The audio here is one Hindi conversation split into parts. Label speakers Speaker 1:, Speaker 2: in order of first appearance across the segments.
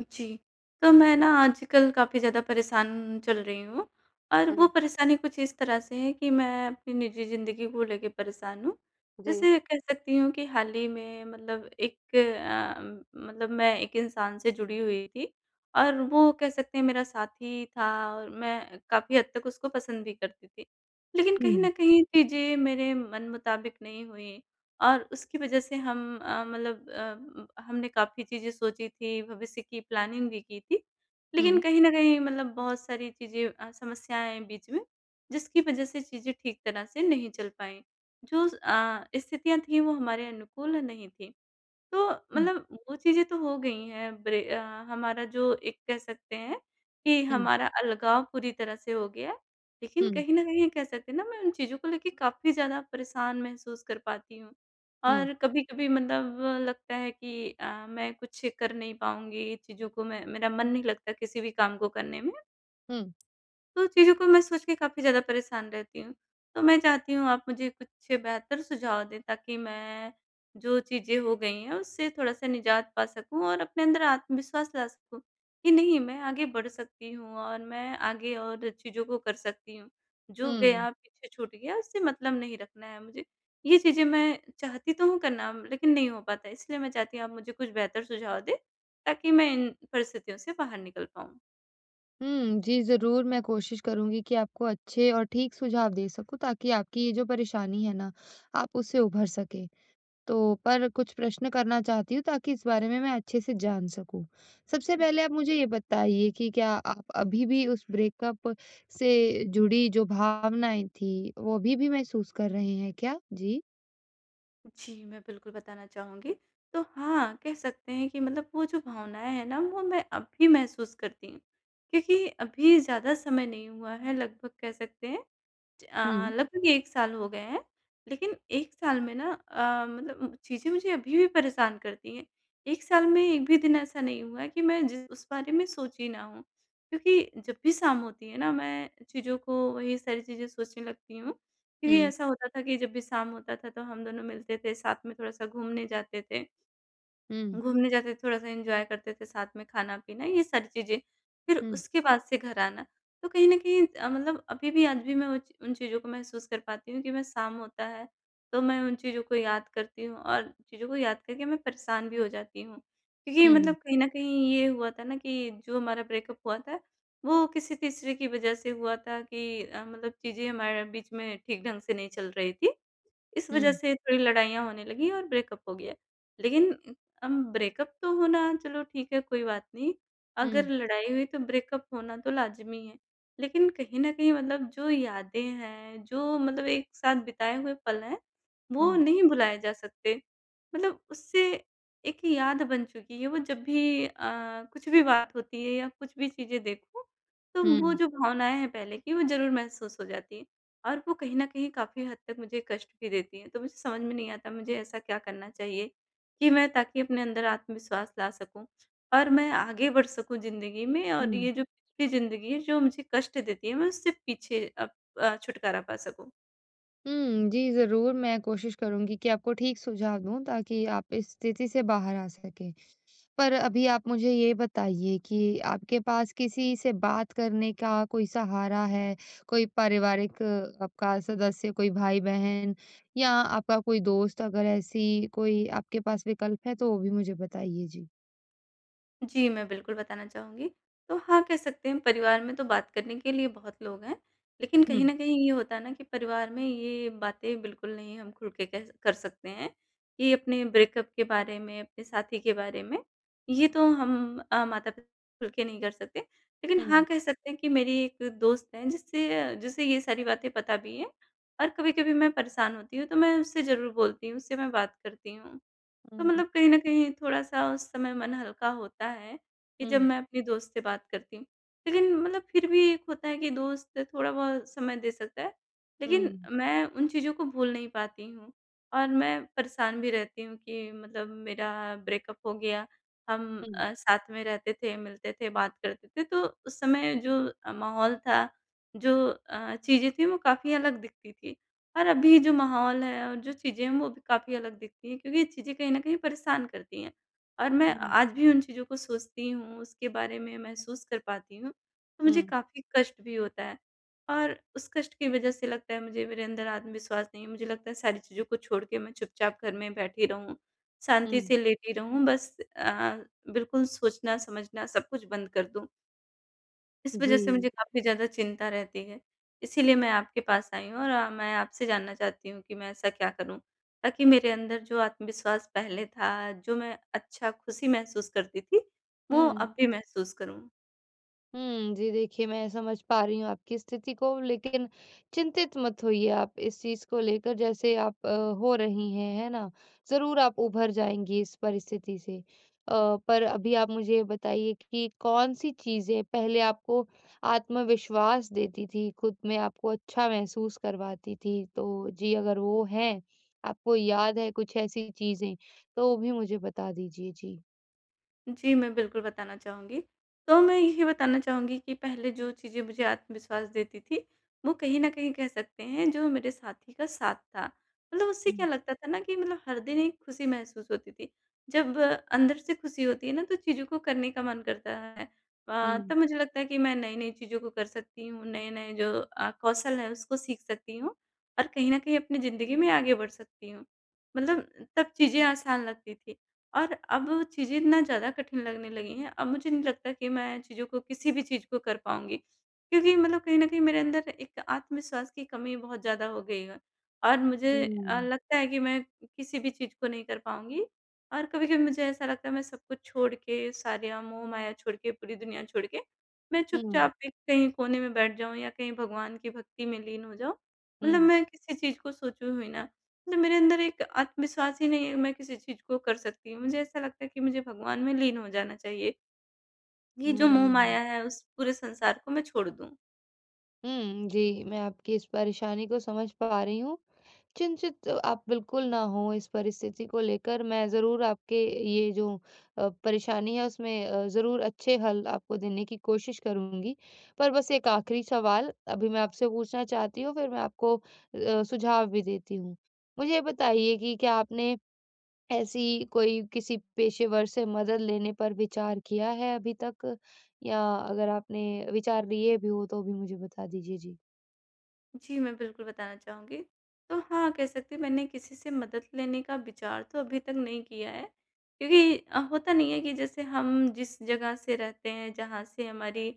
Speaker 1: जी। तो मैं ना आजकल काफ़ी ज़्यादा परेशान चल रही हूँ, और वो
Speaker 2: हुँ,
Speaker 1: परेशानी कुछ इस तरह से है कि मैं अपनी निजी ज़िंदगी को लेके परेशान हूँ।
Speaker 2: जी।
Speaker 1: जैसे कह सकती हूँ कि हाल ही में मतलब मतलब मैं एक इंसान से जुड़ी हुई थी, और वो कह सकते हैं मेरा साथी था, और मैं काफ़ी हद तक उसको पसंद भी करती थी। लेकिन कहीं न कहीं चीज़ें मेरे मन मुताबिक नहीं हुई। और उसकी वजह से हम अ, मतलब अ, हमने काफ़ी चीज़ें सोची थी, भविष्य की प्लानिंग भी की थी।
Speaker 2: हुँ,
Speaker 1: लेकिन कहीं न कहीं मतलब बहुत सारी चीज़ें समस्याएँ आई बीच में, जिसकी वजह से चीज़ें ठीक तरह से नहीं चल पाईं। जो स्थितियाँ थीं वो हमारे अनुकूल नहीं थीं। तो
Speaker 2: हुँ,
Speaker 1: मतलब वो चीज़ें तो हो गई हैं, हमारा जो एक कह सकते हैं कि
Speaker 2: हुँ,
Speaker 1: हमारा अलगाव पूरी तरह से हो गया है। लेकिन
Speaker 2: हुँ,
Speaker 1: कहीं न कहीं कह सकते हैं ना, मैं उन चीज़ों को लेके काफ़ी ज़्यादा परेशान महसूस कर पाती हूँ।
Speaker 2: हुँ,
Speaker 1: और कभी-कभी मतलब लगता है कि मैं कुछ कर नहीं पाऊँगी, चीज़ों को मैं, मेरा मन नहीं लगता किसी भी काम को करने में।
Speaker 2: हुँ,
Speaker 1: तो चीज़ों को मैं सोच के काफ़ी ज़्यादा परेशान रहती हूँ। तो मैं चाहती हूँ आप मुझे कुछ बेहतर सुझाव दें, ताकि मैं जो चीज़ें हो गई हैं उससे थोड़ा-सा निजात पा सकूँ, और अपने अंदर आत्मविश्वास ला सकूँ कि नहीं, मैं आगे बढ़ सकती हूँ और मैं आगे और चीज़ों को कर सकती हूँ। जो
Speaker 2: हुँ,
Speaker 1: गया पीछे छूट गया उससे मतलब नहीं रखना है मुझे। ये चीज़ें मैं चाहती तो हूँ करना, लेकिन नहीं हो पाता है, इसलिए मैं चाहती हूँ आप मुझे कुछ बेहतर सुझाव दें, ताकि मैं इन परिस्थितियों से बाहर निकल पाऊँ।
Speaker 2: हुँ। जी, ज़रूर मैं कोशिश करूँगी कि आपको अच्छे और ठीक सुझाव दे सकूँ ताकि आपकी ये जो परेशानी है ना, आप उससे उभर सकें। तो पर कुछ प्रश्न करना चाहती हूँ ताकि इस बारे में मैं अच्छे से जान सकूँ। सबसे पहले आप मुझे ये बताइए कि क्या आप अभी भी उस ब्रेकअप से जुड़ी जो भावनाएँ थी, वो अभी भी महसूस कर रहे हैं क्या? जी।
Speaker 1: जी, मैं बिल्कुल बताना चाहूँगी। तो हाँ, कह सकते हैं कि मतलब वो जो भावनाएँ हैं ना, वो मैं अब भी महसूस करती हूँ। क्योंकि अभी ज़्यादा समय नहीं हुआ है, लगभग कह सकते हैं
Speaker 2: हुँ,
Speaker 1: लगभग 1 साल हो गए हैं। लेकिन 1 साल में ना मतलब चीज़ें मुझे अभी भी परेशान करती हैं। 1 साल में एक भी दिन ऐसा नहीं हुआ है कि मैं जिस उस बारे में सोची ना हूँ। क्योंकि जब भी शाम होती है ना, मैं चीज़ों को, वही सारी चीज़ें सोचने लगती हूँ। क्योंकि
Speaker 2: हुँ,
Speaker 1: ऐसा होता था कि जब भी शाम होता था, तो हम दोनों मिलते थे, साथ में थोड़ा-सा घूमने जाते थे।
Speaker 2: हुँ,
Speaker 1: घूमने जाते थे, थोड़ा-सा एन्जॉय करते थे, साथ में खाना-पीना, ये सारी चीज़ें। फिर
Speaker 2: हुँ,
Speaker 1: उसके बाद से घर आना। तो कहीं न कहीं मतलब अभी भी, आज भी मैं वो ची उन चीज़ों को महसूस कर पाती हूँ कि मैं, शाम होता है, तो मैं उन चीज़ों को याद करती हूँ, और चीज़ों को याद करके मैं परेशान भी हो जाती हूँ। क्योंकि
Speaker 2: हुँ,
Speaker 1: मतलब कहीं न कहीं ये हुआ था ना कि जो हमारा ब्रेकअप हुआ था, वो किसी तीसरे की वज़ह से हुआ था, कि मतलब चीज़ें हमारे बीच में ठीक ढंग से नहीं चल रही थी। इस वज़ह
Speaker 2: हुँ,
Speaker 1: से थोड़ी लड़ाइयाँ होने लगीं और ब्रेकअप हो गया। लेकिन अब ब्रेकअप तो होना, चलो ठीक है, कोई बात नहीं,
Speaker 2: हुँ,
Speaker 1: अगर लड़ाई हुई तो ब्रेकअप होना तो लाज़मी है। लेकिन कहीं न कहीं मतलब जो यादें हैं, जो मतलब एक साथ बिताए हुए पल हैं, वो
Speaker 2: हुँ।
Speaker 1: नहीं भुलाए जा सकते। मतलब उससे एक याद बन चुकी है, वो जब भी कुछ भी बात होती है या कुछ भी चीज़ें देखो, तो वो
Speaker 2: हुँ,
Speaker 1: जो भावनाएँ हैं पहले की, वो ज़रूर महसूस हो जाती हैं। और वो कहीं न कहीं काफ़ी हद तक मुझे कष्ट भी देती हैं। तो मुझे समझ में नहीं आता मुझे ऐसा क्या करना चाहिए कि मैं, ताकि अपने अंदर आत्मविश्वास ला सकूँ और मैं आगे बढ़ सकूँ ज़िंदगी में, और
Speaker 2: हुँ।
Speaker 1: ये जो पिछली ज़िंदगी है जो मुझे कष्ट देती है, मैं उससे पीछे अब छुटकारा पा सकूँ।
Speaker 2: हुँ, जी, ज़रूर मैं कोशिश करूँगी कि आपको ठीक सुझाव दूँ ताकि आप इस स्थिति से बाहर आ सकें। पर अभी आप मुझे ये बताइए कि आपके पास किसी से बात करने का कोई सहारा है? कोई पारिवारिक आपका सदस्य, कोई भाई-बहन या आपका कोई दोस्त अगर ऐसी कोई आपके पास विकल्प है तो वो भी मुझे बताइए? जी।
Speaker 1: जी, मैं बिल्कुल बताना चाहूँगी। तो हाँ, कह सकते हैं परिवार में तो बात करने के लिए बहुत लोग हैं, लेकिन
Speaker 2: हुँ,
Speaker 1: कहीं न कहीं ये होता है ना कि परिवार में ये बातें बिल्कुल नहीं हम खुल के कह कर सकते हैं कि अपने ब्रेकअप के बारे में, अपने साथी के बारे में, ये तो हम माता-पिता खुल के नहीं कर सकते। लेकिन
Speaker 2: हुँ,
Speaker 1: हाँ, कह सकते हैं कि मेरी एक दोस्त है जिससे जिसे ये सारी बातें पता भी हैं, और कभी-कभी मैं परेशान होती हूँ तो मैं उससे ज़रूर बोलती हूँ, उससे मैं बात करती हूँ। तो
Speaker 2: हुँ, हुँ,
Speaker 1: मतलब कहीं न कहीं थोड़ा-सा उस समय मन हल्का होता है, कि जब
Speaker 2: हुँ,
Speaker 1: मैं अपने दोस्त से बात करती हूँ। लेकिन मतलब फिर भी एक होता है कि दोस्त थोड़ा-बहुत समय दे सकता है, लेकिन मैं उन चीज़ों को भूल नहीं पाती हूँ, और मैं परेशान भी रहती हूँ कि मतलब मेरा ब्रेकअप हो गया, हम
Speaker 2: हुँ,
Speaker 1: साथ में रहते थे, मिलते थे, बात करते थे, तो उस समय जो माहौल था, जो चीज़ें थी, वो काफ़ी अलग दिखती थी। और अभी जो माहौल है और जो चीज़ें हैं, वो भी काफ़ी अलग दिखती हैं, क्योंकि ये चीज़ें कहीं न कहीं परेशान करती हैं। और मैं
Speaker 2: हुँ,
Speaker 1: आज भी उन चीज़ों को सोचती हूँ, उसके बारे में महसूस कर पाती हूँ, तो मुझे
Speaker 2: हुँ,
Speaker 1: काफ़ी कष्ट भी होता है। और उस कष्ट की वज़ह से लगता है मुझे मेरे अंदर आत्मविश्वास नहीं है, मुझे लगता है सारी चीज़ों को छोड़ के मैं चुपचाप घर में बैठी रहूँ,
Speaker 2: हुँ।
Speaker 1: शांति से लेटी रहूँ, बस बिल्कुल सोचना, समझना, सब कुछ बंद कर दूँ। इस
Speaker 2: जी,
Speaker 1: वज़ह से मुझे काफ़ी ज़्यादा चिंता रहती है। इसीलिए मैं आपके पास आई हूँ, और मैं आपसे जानना चाहती हूँ कि मैं ऐसा क्या करूँ? ताकि मेरे अंदर जो आत्मविश्वास पहले था, जो मैं अच्छा, खुशी महसूस करती थी, वो
Speaker 2: हुँ।
Speaker 1: अब भी महसूस करूँ।
Speaker 2: हुँ, जी देखिए, मैं समझ पा रही हूँ आपकी स्थिति को लेकिन चिंतित मत होइए आप इस चीज़ को लेकर जैसे आप हो रही हैं, है ना? ज़रूर आप उभर जाएँगी इस परिस्थिति से। अ, पर अभी आप मुझे ये बताइए कि कौन-सी चीज़ें पहले आपको आत्मविश्वास देती थी, खुद में आपको अच्छा महसूस करवाती थी? तो जी, अगर वो हैं, आपको याद है कुछ ऐसी चीज़ें, तो वो भी मुझे बता दीजिए। जी।
Speaker 1: जी, मैं बिल्कुल बताना चाहूँगी। तो मैं यही बताना चाहूँगी कि पहले जो चीज़ें मुझे आत्मविश्वास देती थी, वो कहीं न कहीं कह सकते हैं जो मेरे साथी का साथ था। मतलब उससे
Speaker 2: हुँ।
Speaker 1: क्या लगता था ना कि मतलब हर दिन एक खुशी महसूस होती थी। जब अंदर से खुशी होती है ना, तो चीज़ों को करने का मन करता है।
Speaker 2: हुँ।
Speaker 1: तब मुझे लगता है कि मैं नई-नई चीज़ों को कर सकती हूँ, नए-नए जो कौशल है उसको सीख सकती हूँ, और कहीं न कहीं अपनी ज़िंदगी में आगे बढ़ सकती हूँ। मतलब तब चीज़ें आसान लगती थी। और अब वो चीज़ें ना ज़्यादा कठिन लगने लगी हैं, अब मुझे नहीं लगता कि मैं चीज़ों को, किसी भी चीज़ को कर पाऊँगी। क्योंकि मतलब कहीं न कहीं मेरे अंदर एक आत्मविश्वास की कमी बहुत ज़्यादा हो गई है, और मुझे
Speaker 2: हुँ।
Speaker 1: लगता है कि मैं किसी भी चीज़ को नहीं कर पाऊँगी। और कभी-कभी मुझे ऐसा लगता है, मैं सब कुछ छोड़ के, सारा मोह-माया छोड़ के, पूरी दुनिया छोड़ के, मैं
Speaker 2: हुँ,
Speaker 1: चुपचाप एक कहीं कोने में बैठ जाऊँ, या कहीं भगवान की भक्ति में लीन हो जाऊँ। मतलब
Speaker 2: हुँ।
Speaker 1: मैं किसी चीज़ को सोचूँ ही ना। ना मेरे अंदर एक आत्मविश्वास ही नहीं है, मैं किसी चीज़ को कर सकती हूँ। मुझे ऐसा लगता है कि मुझे भगवान में लीन हो जाना चाहिए। ये जो मोह
Speaker 2: हुँ।
Speaker 1: माया है, उस पूरे संसार को मैं छोड़ दूँ।
Speaker 2: हुँ, जी, मैं आपकी इस परेशानी को समझ पा रही हूँ। चिंतित आप बिल्कुल ना हों इस परिस्थिति को लेकर, मैं ज़रूर आपके ये जो परेशानी है उसमें ज़रूर अच्छे हल आपको देने की कोशिश करूँगी। पर बस एक आखिरी सवाल अभी मैं आपसे पूछना चाहती हूँ, फिर मैं आपको सुझाव भी देती हूँ। मुझे ये बताइए कि क्या आपने ऐसी कोई किसी पेशेवर से मदद लेने पर विचार किया है अभी तक? या अगर आपने विचार लिए भी हो तो भी मुझे बता दीजिए? जी।
Speaker 1: जी, मैं बिल्कुल बताना चाहूँगी। तो हाँ, कह सकते हैं मैंने किसी से मदद लेने का विचार तो अभी तक नहीं किया है, क्योंकि होता नहीं है कि जैसे हम जिस जगह से रहते हैं, जहाँ से हमारी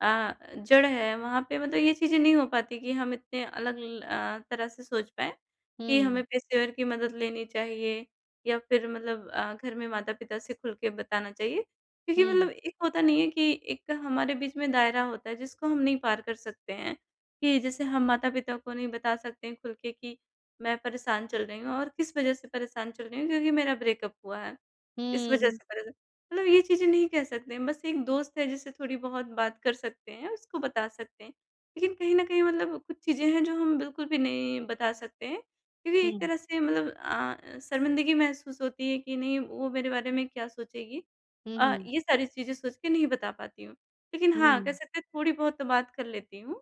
Speaker 1: जड़ है, वहाँ पे मतलब ये चीज़ें नहीं हो पाती कि हम इतने अलग तरह से सोच पाएँ कि
Speaker 2: हुँ,
Speaker 1: हमें पेशेवर की मदद लेनी चाहिए, या फिर मतलब घर में माता-पिता से खुल के बताना चाहिए। क्योंकि
Speaker 2: हुँ,
Speaker 1: मतलब एक होता नहीं है कि एक हमारे बीच में दायरा होता है जिसको हम नहीं पार कर सकते हैं। कि जैसे हम माता-पिता को नहीं बता सकते हैं खुल के कि मैं परेशान चल रही हूँ और किस वजह से परेशान चल रही हूँ, क्योंकि मेरा ब्रेकअप हुआ है, इस वजह
Speaker 2: हुँ,
Speaker 1: से परेशान, मतलब ये चीज़ें नहीं कह सकते हैं, बस एक दोस्त है जिससे थोड़ी बहुत बात कर सकते हैं, उसको बता सकते हैं। लेकिन कहीं न कहीं मतलब कुछ चीज़ें हैं जो हम बिल्कुल भी नहीं बता सकते हैं, क्योंकि
Speaker 2: हुँ,
Speaker 1: एक तरह से मतलब शर्मिंदगी महसूस होती है कि नहीं, वो मेरे बारे में क्या सोचेगी?
Speaker 2: हुँ, हुँ,
Speaker 1: ये सारी चीज़ें सोच के नहीं बता पाती हूँ। लेकिन हाँ, कह
Speaker 2: हुँ,
Speaker 1: सकते हैं थोड़ी बहुत तो बात कर लेती हूँ।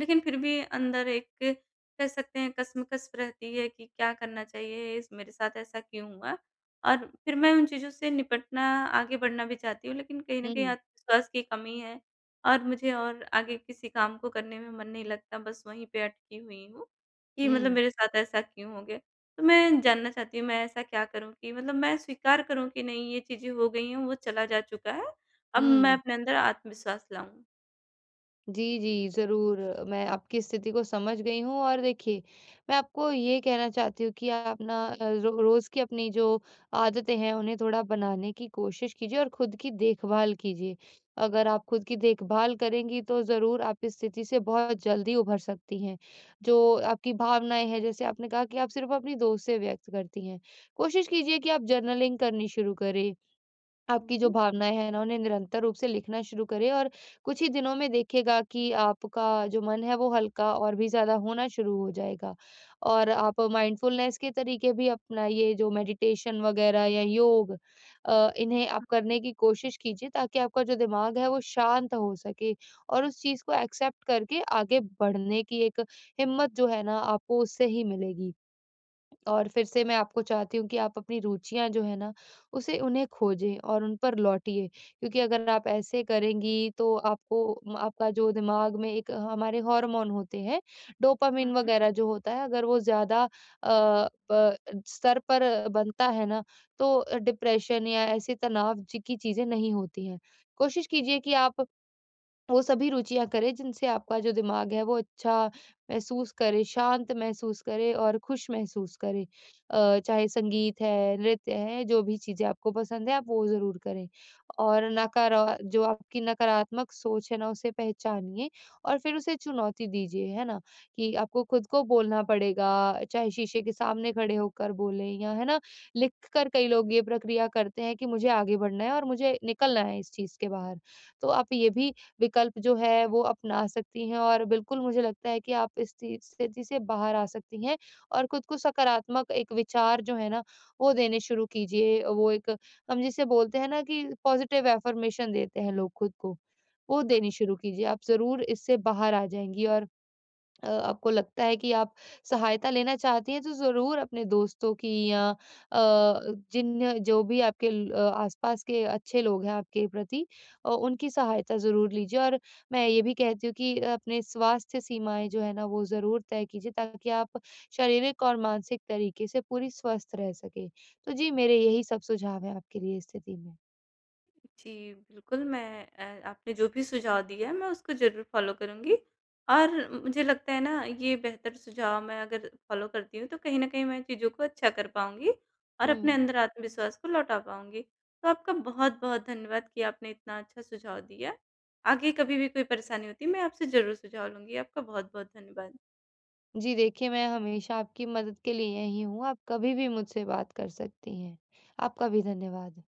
Speaker 1: लेकिन फिर भी अंदर एक, कह सकते हैं कसमकस रहती है कि क्या करना चाहिए, इस मेरे साथ ऐसा क्यों हुआ? और फिर मैं उन चीज़ों से निपटना, आगे बढ़ना भी चाहती हूँ, लेकिन कहीं न कहीं
Speaker 2: हुँ,
Speaker 1: आत्मविश्वास की कमी है, और मुझे और आगे किसी काम को करने में मन नहीं लगता, बस वहीं पे अटकी हुई हूँ कि मतलब
Speaker 2: हुँ,
Speaker 1: मेरे साथ ऐसा क्यों हो गया? तो मैं जानना चाहती हूँ, मैं ऐसा क्या करूँ कि मतलब मैं स्वीकार करूँ कि नहीं, ये चीज़ें हो गई हैं, वो चला जा चुका है, अब मैं
Speaker 2: हुँ।
Speaker 1: अपने अंदर आत्मविश्वास लाऊँ?
Speaker 2: जी, जी, ज़रूर। मैं आपकी स्थिति को समझ गई हूँ और देखिए, मैं आपको ये कहना चाहती हूँ कि आप ना रो रोज़ की अपनी जो आदतें हैं, उन्हें थोड़ा बनाने की कोशिश कीजिए और खुद की देखभाल कीजिए। अगर आप खुद की देखभाल करेंगी, तो ज़रूर आप इस स्थिति से बहुत जल्दी उभर सकती हैं। जो आपकी भावनाएँ हैं, जैसे आपने कहा कि आप सिर्फ़ अपनी दोस्त से व्यक्त करती हैं। कोशिश कीजिए कि आप जर्नलिंग करनी शुरू करें
Speaker 1: हुँ,
Speaker 2: आपकी जो
Speaker 1: हुँ।
Speaker 2: भावनाएँ हैं ना, उन्हें निरंतर रूप से लिखना शुरू करें और कुछ ही दिनों में देखिएगा कि आपका जो मन है, वो हल्का और भी ज़्यादा होना शुरू हो जाएगा। और आप माइंडफुलनेस के तरीके भी अपनाइए, जो मेडिटेशन वगैरह या योग इन्हें आप करने की कोशिश कीजिए ताकि आपका जो दिमाग है, वो शांत हो सके और उस चीज़ को एक्सेप्ट करके आगे बढ़ने की एक हिम्मत जो है ना, आपको उससे ही मिलेगी। और फिर से मैं आपको चाहती हूँ कि आप अपनी रुचियाँ जो है ना, उसे उन्हें खोजें और उन पर लौटिए। क्योंकि अगर आप ऐसे करेंगी तो आपको म आपका जो दिमाग में एक हमारे हार्मोन होते हैं,
Speaker 1: हुँ,
Speaker 2: डोपामाइन
Speaker 1: हुँ।
Speaker 2: वगैरह जो होता है, अगर वो ज़्यादा प स्तर पर बनता है ना, तो डिप्रेशन या ऐसे तनाव जी की चीज़ें नहीं होती हैं। कोशिश कीजिए कि आप वो सभी रुचियाँ करें जिनसे आपका जो दिमाग है वो अच्छा महसूस करे, शांत महसूस करे और खुश महसूस करे। चाहे संगीत है, नृत्य है, जो भी चीज़ें आपको पसंद है आप वो ज़रूर करें। और नकारा जो आपकी नकारात्मक सोच है ना उसे पहचानिए और फिर उसे चुनौती दीजिए, है ना? कि आपको खुद को बोलना पड़ेगा, चाहे शीशे के सामने खड़े होकर बोलें या है ना, लिख कर कई लोग ये प्रक्रिया करते हैं कि मुझे आगे बढ़ना है और मुझे निकलना है इस चीज़ के बाहर। तो आप ये भी विकल्प जो है वो अपना सकती हैं और बिल्कुल मुझे लगता है कि आप इस चीज़ स्थिति से बाहर आ सकती हैं और खुद को सकारात्मक एक विचार जो है ना वो देने शुरू कीजिए। वो एक हम जिसे बोलते हैं ना कि पॉजिटिव अफ़र्मेशन देते हैं लोग खुद को, वो
Speaker 1: हुँ, हुँ।
Speaker 2: देनी शुरू कीजिए। आप ज़रूर इससे बाहर आ जाएँगी और आपको लगता है कि आप सहायता लेना चाहती हैं, तो ज़रूर अपने दोस्तों की या जिन जो भी आपके आस-पास के अच्छे लोग हैं आपके प्रति उनकी सहायता ज़रूर लीजिए। और मैं ये भी कहती हूँ कि अपने स्वास्थ्य सीमाएँ जो है ना, वो ज़रूर तय कीजिए ताकि आप शारीरिक और मानसिक तरीके से पूरी स्वस्थ रह सकें। तो जी, मेरे यही सब सुझाव हैं आपके लिए इस स्थिति में।
Speaker 1: जी, बिल्कुल मैं आपने जो भी सुझाव दिया है मैं उसको ज़रूर फ़ॉलो करूँगी, और मुझे लगता है ना, ये बेहतर सुझाव मैं अगर फ़ॉलो करती हूँ तो कहीं न कहीं मैं चीज़ों को अच्छा कर पाऊँगी, और अपने
Speaker 2: हुँ।
Speaker 1: अंदर आत्मविश्वास को लौटा पाऊँगी। तो आपका बहुत-बहुत धन्यवाद कि आपने इतना अच्छा सुझाव दिया। आगे कभी भी कोई परेशानी होती है मैं आपसे ज़रूर सुझाव लूँगी। आपका बहुत-बहुत धन्यवाद।
Speaker 2: जी देखिए, मैं हमेशा आपकी मदद के लिए यहीं हूँ, आप कभी भी मुझसे बात कर सकती हैं। आपका भी धन्यवाद।